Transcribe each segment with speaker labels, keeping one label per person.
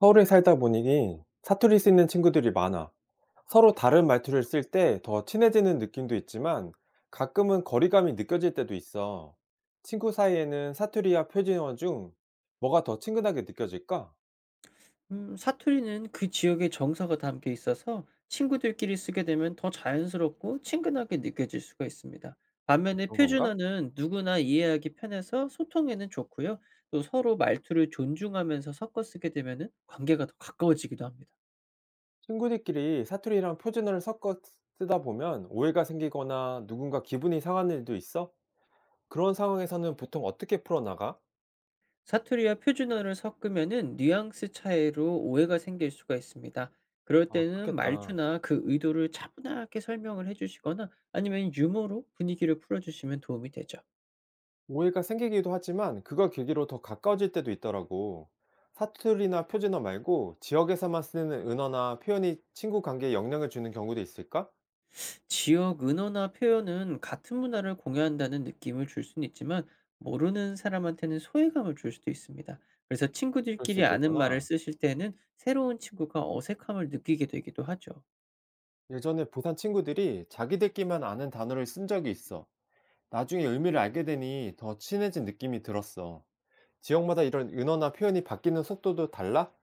Speaker 1: 서울에 살다 보니 사투리 쓰는 친구들이 많아. 서로 다른 말투를 쓸 때 더 친해지는 느낌도 있지만 가끔은 거리감이 느껴질 때도 있어. 친구 사이에는 사투리와 표준어 중 뭐가 더 친근하게 느껴질까?
Speaker 2: 사투리는 그 지역의 정서가 담겨 있어서 친구들끼리 쓰게 되면 더 자연스럽고 친근하게 느껴질 수가 있습니다.
Speaker 1: 아,
Speaker 2: 반면에
Speaker 1: 그런 건가?
Speaker 2: 표준어는 누구나 이해하기 편해서 소통에는 좋고요. 또 서로 말투를 존중하면서 섞어 쓰게 되면 관계가 더 가까워지기도 합니다.
Speaker 1: 친구들끼리 사투리랑 표준어를 섞어 쓰다 보면 오해가 생기거나 누군가 기분이 상한 일도 있어? 그런 상황에서는 보통 어떻게 풀어나가?
Speaker 2: 사투리와 표준어를 섞으면 뉘앙스 차이로 오해가 생길 수가 있습니다. 그럴
Speaker 1: 아,
Speaker 2: 때는
Speaker 1: 그렇겠다.
Speaker 2: 말투나 그 의도를 차분하게 설명을 해주시거나 아니면 유머로 분위기를 풀어주시면 도움이 되죠.
Speaker 1: 오해가 생기기도 하지만 그걸 계기로 더 가까워질 때도 있더라고. 사투리나 표준어 말고 지역에서만 쓰는 은어나 표현이 친구 관계에 영향을 주는 경우도 있을까?
Speaker 2: 지역 은어나 표현은 같은 문화를 공유한다는 느낌을 줄 수는 있지만 모르는 사람한테는 소외감을 줄 수도 있습니다. 그래서
Speaker 1: 그럴 수
Speaker 2: 친구들끼리 아는 말을
Speaker 1: 있겠구나.
Speaker 2: 쓰실 때는 새로운 친구가 어색함을 느끼게 되기도 하죠.
Speaker 1: 예전에 부산 친구들이 자기들끼만 아는 단어를 쓴 적이 있어. 나중에 의미를 알게 되니 더 친해진 느낌이 들었어. 지역마다 이런 은어나 표현이 바뀌는 속도도 달라?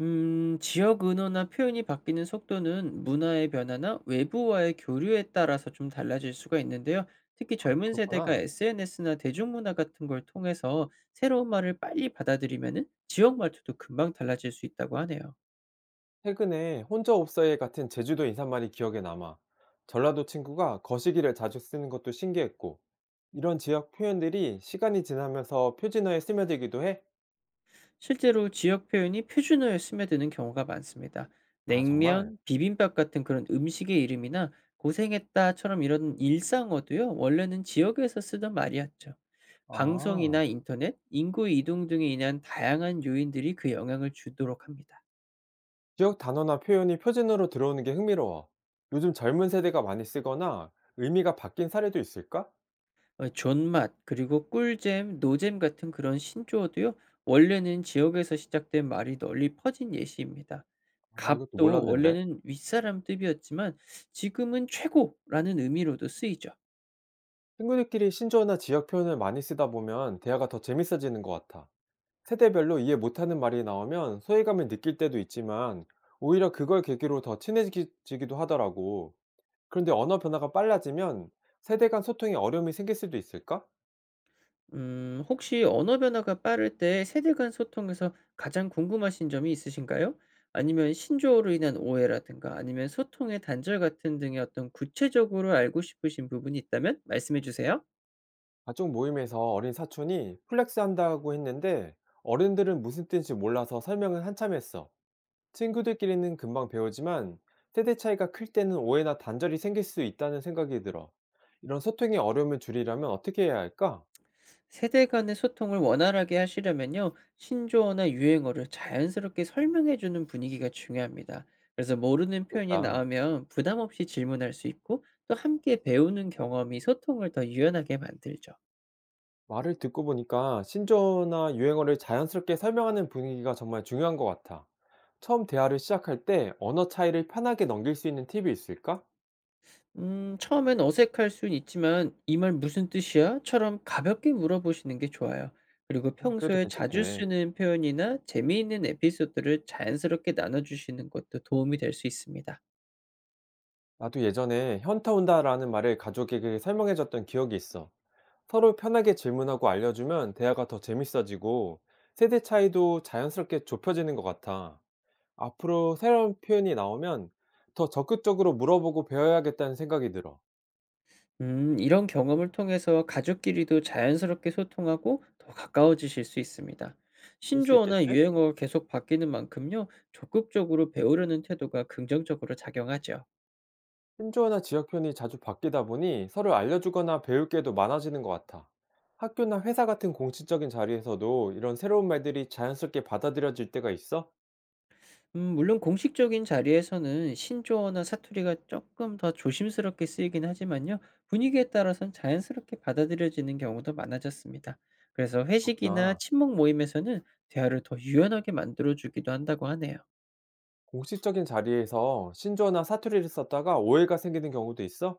Speaker 2: 지역 은어나 표현이 바뀌는 속도는 문화의 변화나 외부와의 교류에 따라서 좀 달라질 수가 있는데요. 특히 젊은 세대가
Speaker 1: 그렇구나.
Speaker 2: SNS나 대중문화 같은 걸 통해서 새로운 말을 빨리 받아들이면 지역 말투도 금방 달라질 수 있다고 하네요.
Speaker 1: 최근에 혼자 옵서에 같은 제주도 인사말이 기억에 남아. 전라도 친구가 거시기를 자주 쓰는 것도 신기했고, 이런 지역 표현들이 시간이 지나면서 표준어에 스며들기도 해.
Speaker 2: 실제로 지역 표현이 표준어에 스며드는 경우가 많습니다.
Speaker 1: 아, 정말.
Speaker 2: 냉면, 비빔밥 같은 그런 음식의 이름이나 고생했다처럼 이런 일상어도요, 원래는 지역에서 쓰던 말이었죠.
Speaker 1: 아,
Speaker 2: 방송이나 인터넷, 인구 이동 등에 인한 다양한 요인들이 그 영향을 주도록 합니다.
Speaker 1: 지역 단어나 표현이 표준어로 들어오는 게 흥미로워. 요즘 젊은 세대가 많이 쓰거나 의미가 바뀐 사례도 있을까?
Speaker 2: 존맛 그리고 꿀잼, 노잼 같은 그런 신조어도요. 원래는 지역에서 시작된 말이 널리 퍼진 예시입니다.
Speaker 1: 아, 이것도
Speaker 2: 갑도
Speaker 1: 몰랐는데.
Speaker 2: 원래는 윗사람 뜻이었지만 지금은 최고라는 의미로도 쓰이죠.
Speaker 1: 친구들끼리 신조어나 지역 표현을 많이 쓰다 보면 대화가 더 재밌어지는 것 같아. 세대별로 이해 못하는 말이 나오면 소외감을 느낄 때도 있지만 오히려 그걸 계기로 더 친해지기도 하더라고. 그런데 언어 변화가 빨라지면 세대 간 소통에 어려움이 생길 수도 있을까?
Speaker 2: 혹시 언어 변화가 빠를 때 세대 간 소통에서 가장 궁금하신 점이 있으신가요? 아니면 신조어로 인한 오해라든가 아니면 소통의 단절 같은 등의 어떤 구체적으로 알고 싶으신 부분이 있다면 말씀해 주세요.
Speaker 1: 가족 모임에서 어린 사촌이 플렉스 한다고 했는데 어른들은 무슨 뜻인지 몰라서 설명을 한참 했어. 친구들끼리는 금방 배우지만 세대 차이가 클 때는 오해나 단절이 생길 수 있다는 생각이 들어. 이런 소통의 어려움을 줄이려면 어떻게 해야 할까?
Speaker 2: 세대 간의 소통을 원활하게 하시려면요, 신조어나 유행어를 자연스럽게 설명해 주는 분위기가 중요합니다. 그래서 모르는 표현이
Speaker 1: 그렇겠다.
Speaker 2: 나오면 부담 없이 질문할 수 있고, 또 함께 배우는 경험이 소통을 더 유연하게 만들죠.
Speaker 1: 말을 듣고 보니까 신조어나 유행어를 자연스럽게 설명하는 분위기가 정말 중요한 것 같아. 처음 대화를 시작할 때 언어 차이를 편하게 넘길 수 있는 팁이 있을까?
Speaker 2: 처음엔 어색할 순 있지만, 이 말 무슨 뜻이야? 처럼 가볍게 물어보시는 게 좋아요. 그리고
Speaker 1: 그래도
Speaker 2: 평소에 자주
Speaker 1: 괜찮겠네.
Speaker 2: 쓰는 표현이나 재미있는 에피소드를 자연스럽게 나눠주시는 것도 도움이 될 수 있습니다.
Speaker 1: 나도 예전에 현타 온다라는 말을 가족에게 설명해줬던 기억이 있어. 서로 편하게 질문하고 알려주면 대화가 더 재밌어지고 세대 차이도 자연스럽게 좁혀지는 것 같아. 앞으로 새로운 표현이 나오면 더 적극적으로 물어보고 배워야겠다는 생각이 들어.
Speaker 2: 이런 경험을 통해서 가족끼리도 자연스럽게 소통하고 더 가까워지실 수 있습니다.
Speaker 1: 볼 수
Speaker 2: 신조어나
Speaker 1: 있겠지?
Speaker 2: 유행어가 계속 바뀌는 만큼요, 적극적으로 배우려는 태도가 긍정적으로 작용하죠.
Speaker 1: 신조어나 지역 표현이 자주 바뀌다 보니 서로 알려주거나 배울 게도 많아지는 것 같아. 학교나 회사 같은 공식적인 자리에서도 이런 새로운 말들이 자연스럽게 받아들여질 때가 있어?
Speaker 2: 물론 공식적인 자리에서는 신조어나 사투리가 조금 더 조심스럽게 쓰이긴 하지만요, 분위기에 따라선 자연스럽게 받아들여지는 경우도 많아졌습니다. 그래서 회식이나
Speaker 1: 그렇구나.
Speaker 2: 친목 모임에서는 대화를 더 유연하게 만들어주기도 한다고 하네요.
Speaker 1: 공식적인 자리에서 신조어나 사투리를 썼다가 오해가 생기는 경우도 있어?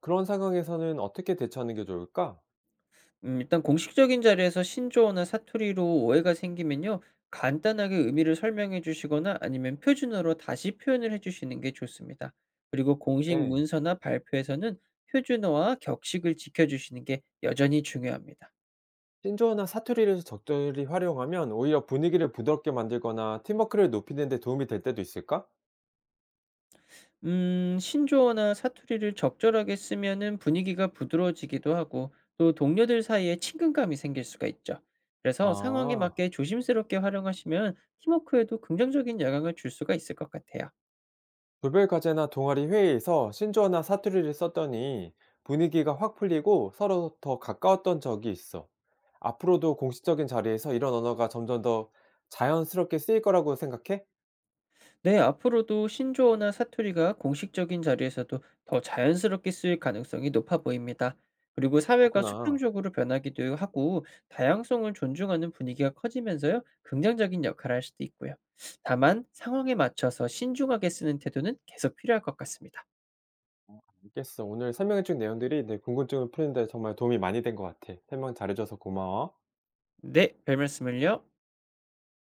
Speaker 1: 그런 상황에서는 어떻게 대처하는 게 좋을까?
Speaker 2: 일단 공식적인 자리에서 신조어나 사투리로 오해가 생기면요. 간단하게 의미를 설명해 주시거나 아니면 표준어로 다시 표현을 해 주시는 게 좋습니다. 그리고 공식
Speaker 1: 네.
Speaker 2: 문서나 발표에서는 표준어와 격식을 지켜 주시는 게 여전히 중요합니다.
Speaker 1: 신조어나 사투리를 적절히 활용하면 오히려 분위기를 부드럽게 만들거나 팀워크를 높이는 데 도움이 될 때도 있을까?
Speaker 2: 신조어나 사투리를 적절하게 쓰면은 분위기가 부드러워지기도 하고 또 동료들 사이에 친근감이 생길 수가 있죠. 그래서 상황에
Speaker 1: 아,
Speaker 2: 맞게 조심스럽게 활용하시면 팀워크에도 긍정적인 영향을 줄 수가 있을 것 같아요.
Speaker 1: 조별 과제나 동아리 회의에서 신조어나 사투리를 썼더니 분위기가 확 풀리고 서로 더 가까웠던 적이 있어. 앞으로도 공식적인 자리에서 이런 언어가 점점 더 자연스럽게 쓰일 거라고 생각해?
Speaker 2: 네, 앞으로도 신조어나 사투리가 공식적인 자리에서도 더 자연스럽게 쓰일 가능성이 높아 보입니다. 그리고 사회가
Speaker 1: 그렇구나.
Speaker 2: 수평적으로 변하기도 하고 다양성을 존중하는 분위기가 커지면서요, 긍정적인 역할을 할 수도 있고요. 다만 상황에 맞춰서 신중하게 쓰는 태도는 계속 필요할 것 같습니다.
Speaker 1: 알겠어. 오늘 설명해준 내용들이 내 궁금증을 푸는데 정말 도움이 많이 된 것 같아. 설명 잘해줘서 고마워.
Speaker 2: 네, 별 말씀을요.